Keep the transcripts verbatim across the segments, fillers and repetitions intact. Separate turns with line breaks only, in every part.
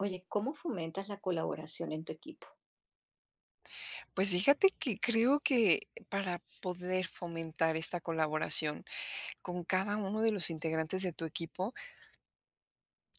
Oye, ¿cómo fomentas la colaboración en tu equipo?
Pues fíjate que creo que para poder fomentar esta colaboración con cada uno de los integrantes de tu equipo,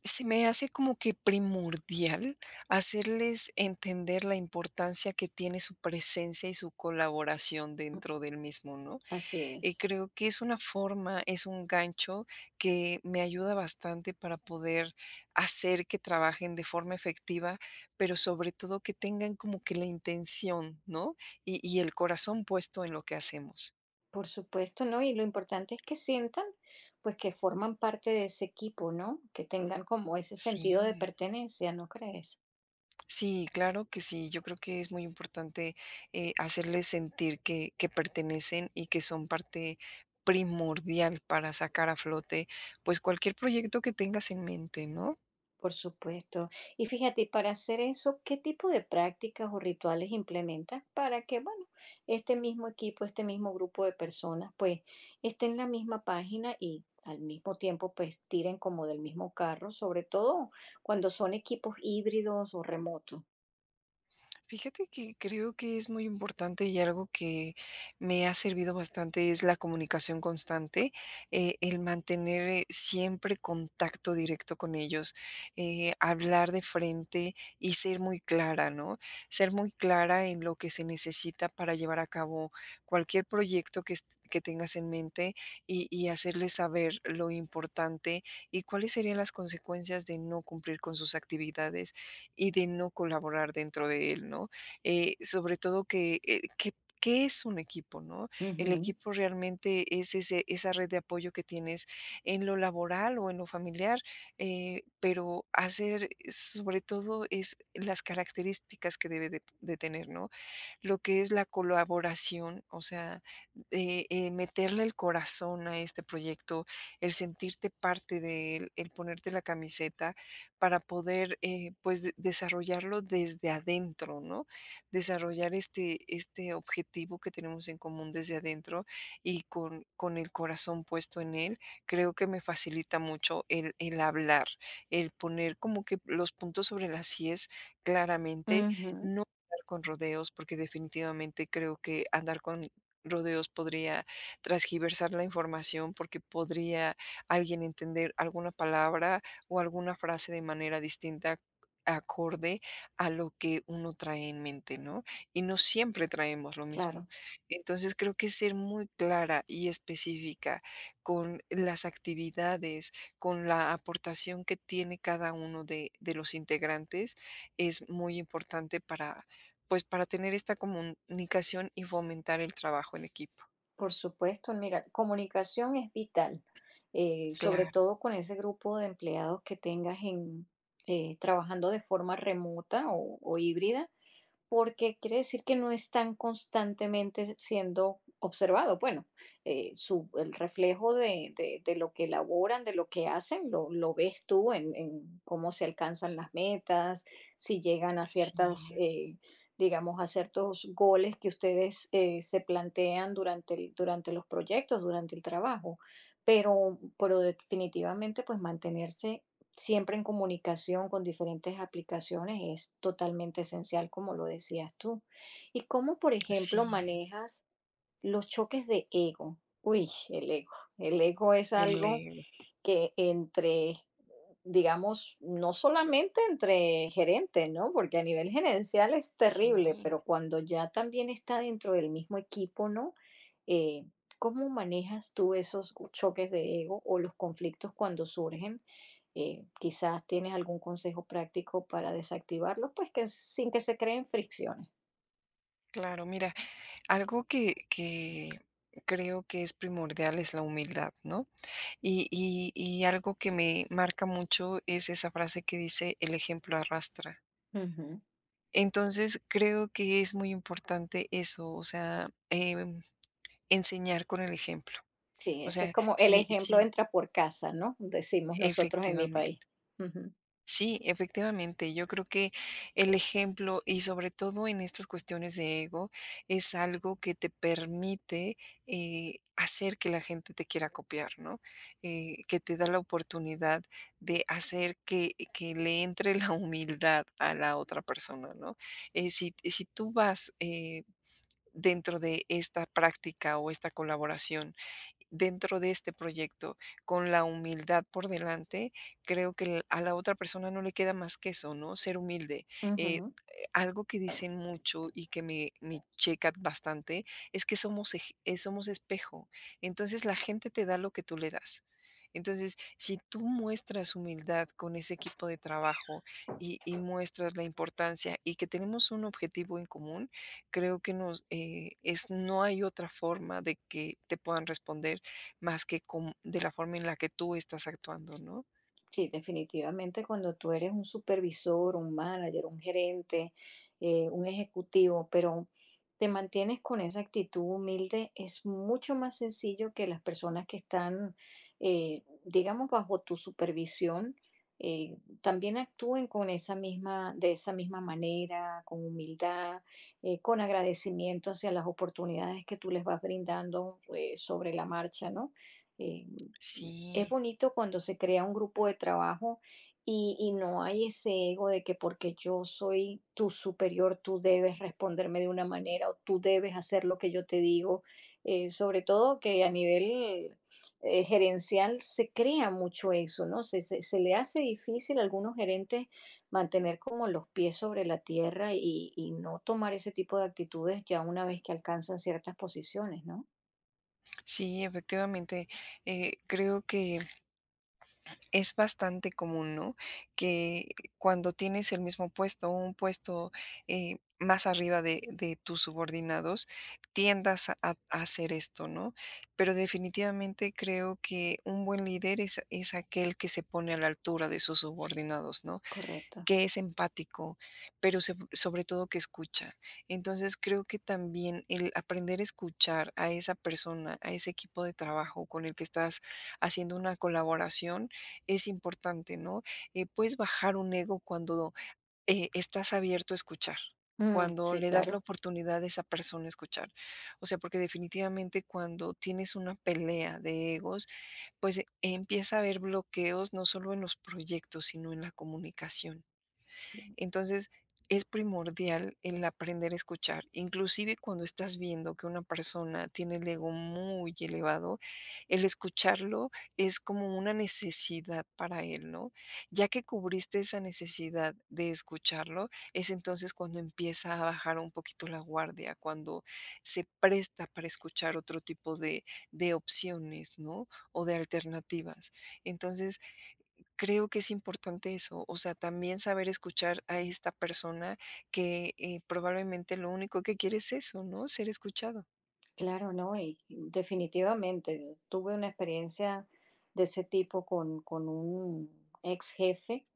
se me hace como que primordial hacerles entender la importancia que tiene su presencia y su colaboración
Mm,
dentro del mismo, ¿no?
así
Y
es.
creo que es una forma, es un gancho que me ayuda bastante para poder hacer que trabajen de forma efectiva, pero sobre todo que tengan como que la intención, ¿no? Y, y el corazón puesto en lo que hacemos.
Por supuesto, ¿no? Y lo importante es que sientan, pues, que forman parte de ese equipo, ¿no? Que tengan como ese sentido de
Sí,
pertenencia, ¿no crees?
sí, claro que sí. Yo creo que es muy importante eh, hacerles sentir que, que pertenecen y que son parte primordial para sacar a flote pues cualquier proyecto que tengas en mente, ¿no?
Por supuesto. Y fíjate, y para hacer eso, ¿qué tipo de prácticas o rituales implementas para que, bueno, este mismo equipo, este mismo grupo de personas, pues, estén en la misma página y al mismo tiempo, pues, tiren como del mismo carro, sobre todo cuando son equipos híbridos o remotos?
Fíjate que creo que es muy importante y algo que me ha servido bastante es la comunicación constante. Eh, el mantener eh, siempre contacto directo con ellos, eh, hablar de frente y ser muy clara, ¿no? Ser muy clara en lo que se necesita para llevar a cabo cualquier proyecto que, est- que tengas en mente, y, y hacerles saber lo importante y cuáles serían las consecuencias de no cumplir con sus actividades y de no colaborar dentro de él, ¿no? Eh, sobre todo que, eh, que ¿qué es un equipo, no? El
Ujú,
equipo realmente es ese, esa red de apoyo que tienes en lo laboral o en lo familiar. Eh, pero hacer, eh, sobre todo, es las características que debe de, de tener, ¿no?, lo que es la colaboración. O sea, eh, eh, meterle el corazón a este proyecto, el sentirte parte de él, el ponerte la camiseta para poder, eh, pues, de- desarrollarlo desde adentro, ¿no? Desarrollar este, este objetivo que tenemos en común desde adentro y con, con el corazón puesto en él, creo que me facilita mucho el, el hablar, el poner como que los puntos sobre las íes claramente,
ujú,
no andar con rodeos, porque definitivamente creo que andar con rodeos podría transgiversar la información, porque podría alguien entender alguna palabra o alguna frase de manera distinta acorde a lo que uno trae en mente, ¿no? Y no siempre traemos lo mismo.
claro.
Entonces creo que ser muy clara y específica con las actividades, con la aportación que tiene cada uno de, de los integrantes es muy importante para, pues, para tener esta comunicación y fomentar el trabajo en equipo.
Por supuesto, mira, comunicación es vital, eh, sobre
Claro,
todo con ese grupo de empleados que tengas en, eh, trabajando de forma remota o, o híbrida porque quiere decir que no están constantemente siendo observados. Bueno, eh, su, el reflejo de, de- de lo que elaboran, de lo que hacen, lo, lo ves tú en, en cómo se alcanzan las metas, si llegan a ciertas,
sí,
eh, digamos, a ciertos goles que ustedes eh, se plantean durante, el- durante los proyectos, durante el trabajo. Pero, pero definitivamente, pues mantenerse siempre en comunicación con diferentes aplicaciones es totalmente esencial, como lo decías tú. ¿Y cómo, por ejemplo,
sí,
manejas los choques de ego? Uy, el ego. El ego es
el
algo
ego,
que entre digamos, no solamente entre gerentes, ¿no? Porque a nivel gerencial es
sí,
terrible, pero cuando ya también está dentro del mismo equipo, ¿no? Eh, ¿cómo manejas tú esos choques de ego o los conflictos cuando surgen? Eh, quizás tienes algún consejo práctico para desactivarlos, pues que sin que se creen fricciones.
claro, mira, algo que que creo que es primordial es la humildad, ¿no? Y y y algo que me marca mucho es esa frase que dice: "El ejemplo arrastra".
Ujú.
Entonces, creo que es muy importante eso. O sea, em, enseñar con el ejemplo.
Sí,
O
ese es
sea,
como el
sí,
ejemplo
sí,
entra por casa, ¿no? Decimos nosotros en mi
efectivamente.
país. Ujú,
Sí, efectivamente, yo creo que el ejemplo y sobre todo en estas cuestiones de ego es algo que te permite, eh, hacer que la gente te quiera copiar, ¿no? Eh, que te da la oportunidad de hacer que, que le entre la humildad a la otra persona, ¿no? Eh, si, si tú vas, eh, dentro de esta práctica o esta colaboración dentro de este proyecto, con la humildad por delante, creo que el- a la otra persona no le queda más que eso, ¿no?, ser humilde. Eh, eh,
ujú.
Algo que dicen mucho y que me, me checa bastante es que somos, ej- eh, somos espejo. Entonces la gente te da lo que tú le das. Entonces, si tú muestras humildad con ese equipo de trabajo y, y muestras la importancia y que tenemos un objetivo en común, creo que nos eh, es no hay otra forma de que te puedan responder más que com- de la forma en la que tú estás actuando, ¿no?
Sí, definitivamente cuando tú eres un supervisor, un manager, un gerente, eh, un ejecutivo, pero te mantienes con esa actitud humilde, es mucho más sencillo que las personas que están, eh, digamos, bajo tu supervisión, eh, también actúen con esa misma, de esa misma manera, con humildad, eh, con agradecimiento hacia las oportunidades que tú les vas brindando, eh, sobre la marcha, ¿no? Eh, es
Sí,
bonito cuando se crea un grupo de trabajo y, y no hay ese ego de que porque yo soy tu superior, tú debes responderme de una manera o tú debes hacer lo que yo te digo. Eh, sobre todo que a nivel eh, gerencial se crea mucho eso, ¿no? Se, se- se le hace difícil a algunos gerentes mantener como los pies sobre la tierra y, y no tomar ese tipo de actitudes ya una vez que alcanzan ciertas posiciones, ¿no?
sí, efectivamente. eh, creo que es bastante común, ¿no?, que cuando tienes el mismo puesto, un puesto, eh, más arriba de, de tus subordinados, tiendas a, a- a hacer esto, ¿no? Pero definitivamente creo que un buen líder es, es aquel que se pone a la altura de sus subordinados, ¿no?,
Correcto.
que es empático, pero seb sobre todo que escucha. Entonces, creo que también el aprender a escuchar a esa persona, a ese equipo de trabajo con el que estás haciendo una colaboración es importante, ¿no? Eh, puedes bajar un ego cuando, eh, estás abierto a escuchar,
Mm,
cuando
sí,
le das la
claro.
oportunidad a esa persona a escuchar. O sea, porque definitivamente cuando tienes una pelea de egos, pues, eh, empieza a haber bloqueos, no solo en los proyectos, sino en la comunicación.
Sí.
Entonces, es primordial el aprender a escuchar. Inclusive cuando estás viendo que una persona tiene el ego muy elevado, el escucharlo es como una necesidad para él, ¿no? Ya que cubriste esa necesidad de escucharlo, es entonces cuando empieza a bajar un poquito la guardia, cuando se presta para escuchar otro tipo de, de opciones, ¿no?, o de alternativas. Entonces, Creo que es importante eso. O sea, también saber escuchar a esta persona que, eh, probablemente lo único que quiere es eso, ¿no?, ser escuchado.
Claro, no, y definitivamente tuve una experiencia de ese tipo con, con un ex jefe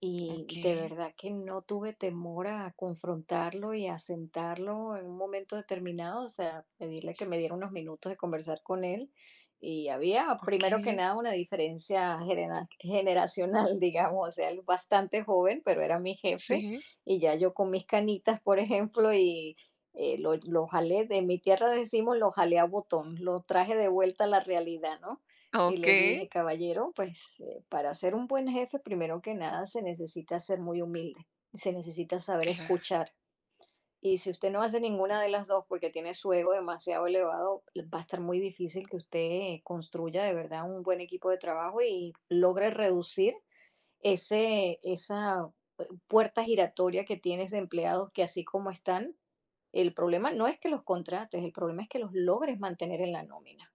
y de
Okey,
verdad que no tuve temor a confrontarlo y a sentarlo en un momento determinado, o sea, pedirle que me diera unos minutos de conversar con él. Y había, primero que
okey,
nada, una diferencia genera- generacional, digamos, o sea, él bastante joven, pero era mi jefe,
sí,
y ya yo con mis canitas, por ejemplo, y eh, lo, lo jalé, de mi tierra decimos, lo jalé a botón, lo traje de vuelta a la realidad, ¿no? Y le
okey,
dije, caballero, pues eh, para ser un buen jefe, primero que nada, se necesita ser muy humilde, se necesita saber
claro,
escuchar. Y si usted no hace ninguna de las dos porque tiene su ego demasiado elevado, va a estar muy difícil que usted construya de verdad un buen equipo de trabajo y logre reducir ese, esa puerta giratoria que tienes de empleados que así como están, el problema no es que los contrates, el problema es que los logres mantener en la nómina.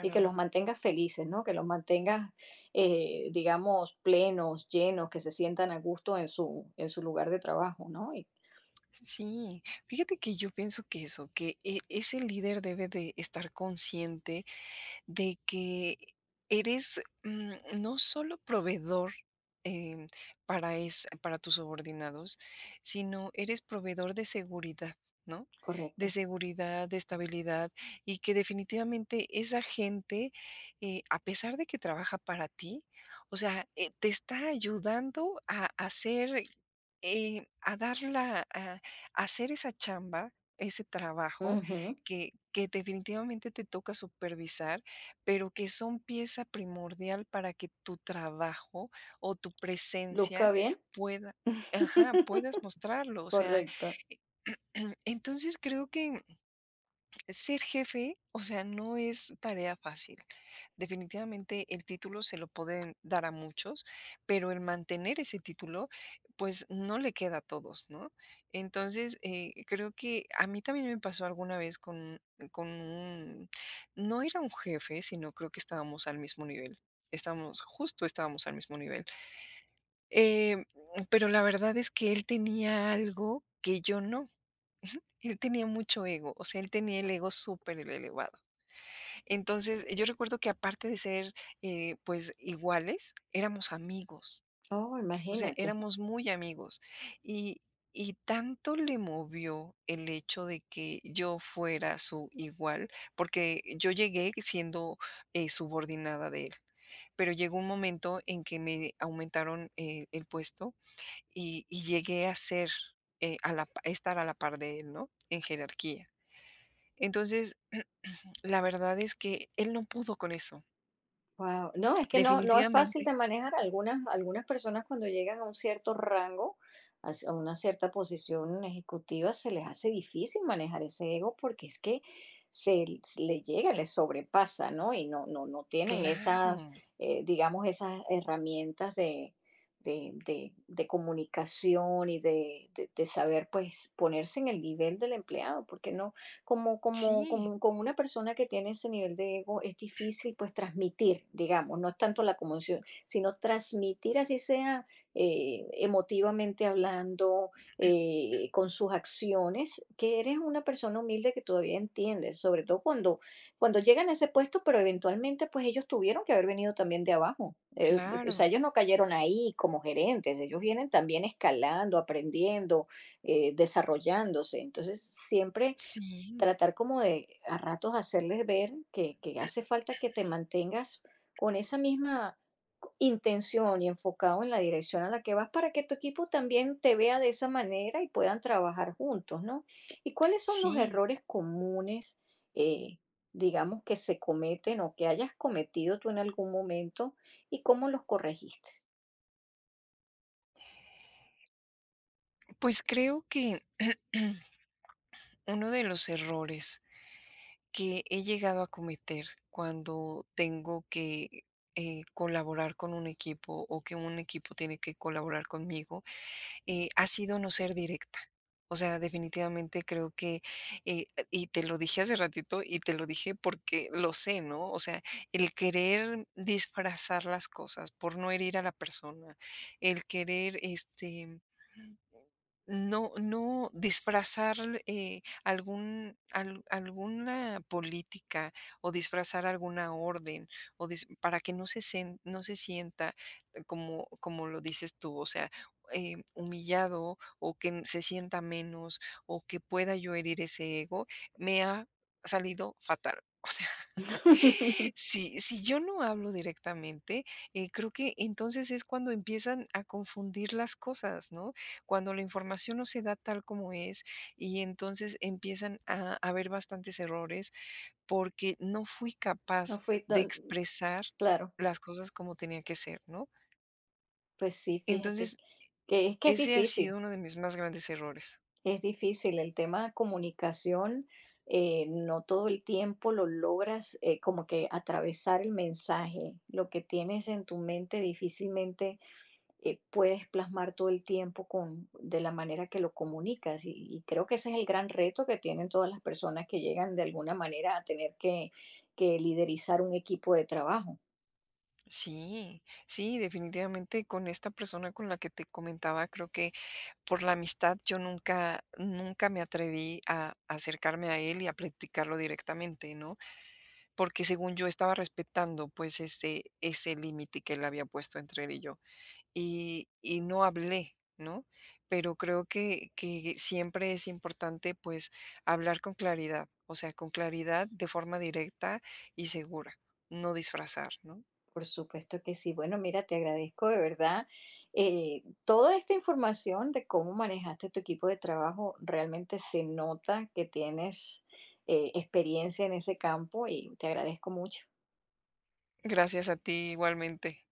Y que los mantengas felices, ¿no? Que los mantengas, eh, digamos, plenos, llenos, que se sientan a gusto en su, en su lugar de trabajo, ¿no? Y,
Sí, fíjate que yo pienso que eso, que e ese líder debe de estar consciente de que eres, mm, no solo proveedor, em, para, es, para tus subordinados, sino eres proveedor de seguridad, ¿no? De
correcto.
seguridad, de estabilidad, y que definitivamente esa gente, eh, a pesar de que trabaja para ti, o sea, eh, te está ayudando a hacer, eh, a darla, a a hacer esa chamba, ese trabajo
Ujú.
que, que definitivamente te toca supervisar, pero que son pieza primordial para que tu trabajo o tu presencia
Luzca bien.
pueda ajá, puedas mostrarlo. O sea,
Correcto.
entonces creo que ser jefe, o sea, no es tarea fácil. Definitivamente el título se lo pueden dar a muchos, pero el mantener ese título, pues, no le queda a todos, ¿no? Entonces, eh, creo que a mí también me pasó alguna vez con, con un, no era un jefe, sino creo que estábamos al mismo nivel. Estábamos, justo estábamos al mismo nivel. Eh, pero la verdad es que él tenía algo que yo no. Él tenía mucho ego. O sea, él tenía el ego súper elevado. Entonces, yo recuerdo que aparte de ser, eh, pues, iguales, éramos amigos.
Oh,
O sea,
imagínate.
éramos muy amigos. Y y tanto le movió el hecho de que yo fuera su igual, porque yo llegué siendo, eh, subordinada de él, pero llegó un momento en que me aumentaron, eh, el puesto y y llegué a ser, eh, a la pa estar a la par de él, ¿no?, en jerarquía. Entonces, la verdad es que él no pudo con eso.
Guau. No, es que no no es fácil
Definitivamente.
de manejar. Algunas algunas personas cuando llegan a un cierto rango, a c a una cierta posición ejecutiva, se les hace difícil manejar ese ego, porque es que se l s le llega, les sobrepasa, ¿no? Y no no no tienen
Claro.
esas, eh, digamos, esas herramientas de de de de comunicación y de de de saber, pues, ponerse en el nivel del empleado, porque no como, como,
Sí,
como como una persona que tiene ese nivel de ego es difícil pues transmitir, digamos, no es tanto la conmoción, sino transmitir así sea eh, emotivamente hablando, eh, con sus acciones, que eres una persona humilde que todavía entiendes, sobre todo cuando, cuando llegan a ese puesto, pero eventualmente pues ellos tuvieron que haber venido también de abajo. Eh, o sea,
claro.
ellos no cayeron ahí como gerentes, ellos vienen también escalando, aprendiendo, eh, desarrollándose. Entonces, siempre
Sí,
tratar como de a ratos hacerles ver que, que hace falta que te mantengas con esa misma intención y enfocado en la dirección a la que vas para que tu equipo también te vea de esa manera y puedan trabajar juntos, ¿no? ¿Y cuáles son los
sí.
errores comunes, eh, digamos, que se cometen o que hayas cometido tú en algún momento y cómo los corregiste?
Pues creo que uno de los errores que he llegado a cometer cuando tengo que, eh, colaborar con un equipo, o que un equipo tiene que colaborar conmigo, eh, ha sido no ser directa. O sea, definitivamente creo que, eh, y te lo dije hace ratito y te lo dije porque lo sé, ¿no? O sea, el querer disfrazar las cosas por no herir a la persona, el querer, este, no, no disfrazar, eh, algún al alguna política o disfrazar alguna orden o dis para que no se sen no se sienta, eh, como como lo dices tú. O sea, eh, humillado o que n- se sienta menos, o que pueda yo herir ese ego. Me ha salido fatal. O sea, si, si yo no hablo directamente, eh, creo que entonces es cuando empiezan a confundir las cosas, ¿no? Cuando la información no se da tal como es, y entonces empiezan a haber bastantes errores porque no fui
No
capaz
fue
de
tan
expresar
claro,
las cosas como tenía que ser, ¿no?
pues sí, fíjate,
Entonces,
que es que es
ese ha sido
difícil.
uno de mis más grandes errores.
Es difícil el tema de comunicación, eh, no todo el tiempo lo logras eh, como que atravesar el mensaje. Lo que tienes en tu mente difícilmente eh, puedes plasmar todo el tiempo con, de la manera que lo comunicas. Y, y creo que ese es el gran reto que tienen todas las personas que llegan de alguna manera a tener que, que liderizar un equipo de trabajo.
Sí, sí, definitivamente con esta persona con la que te comentaba, creo que por la amistad yo nunca, nunca me atreví a acercarme a él y a platicarlo directamente, ¿no? Porque según yo estaba respetando, pues, ese, ese límite que él había puesto entre él y yo. Y, y no hablé, ¿no? Pero creo que, que siempre es importante, pues, hablar con claridad. O sea, con claridad, de forma directa y segura, no disfrazar, ¿no?
Por supuesto que sí. Bueno, mira, te agradezco de verdad eh, toda esta información de cómo manejaste tu equipo de trabajo. Realmente se nota que tienes eh, experiencia en ese campo y te agradezco mucho.
Gracias a ti igualmente.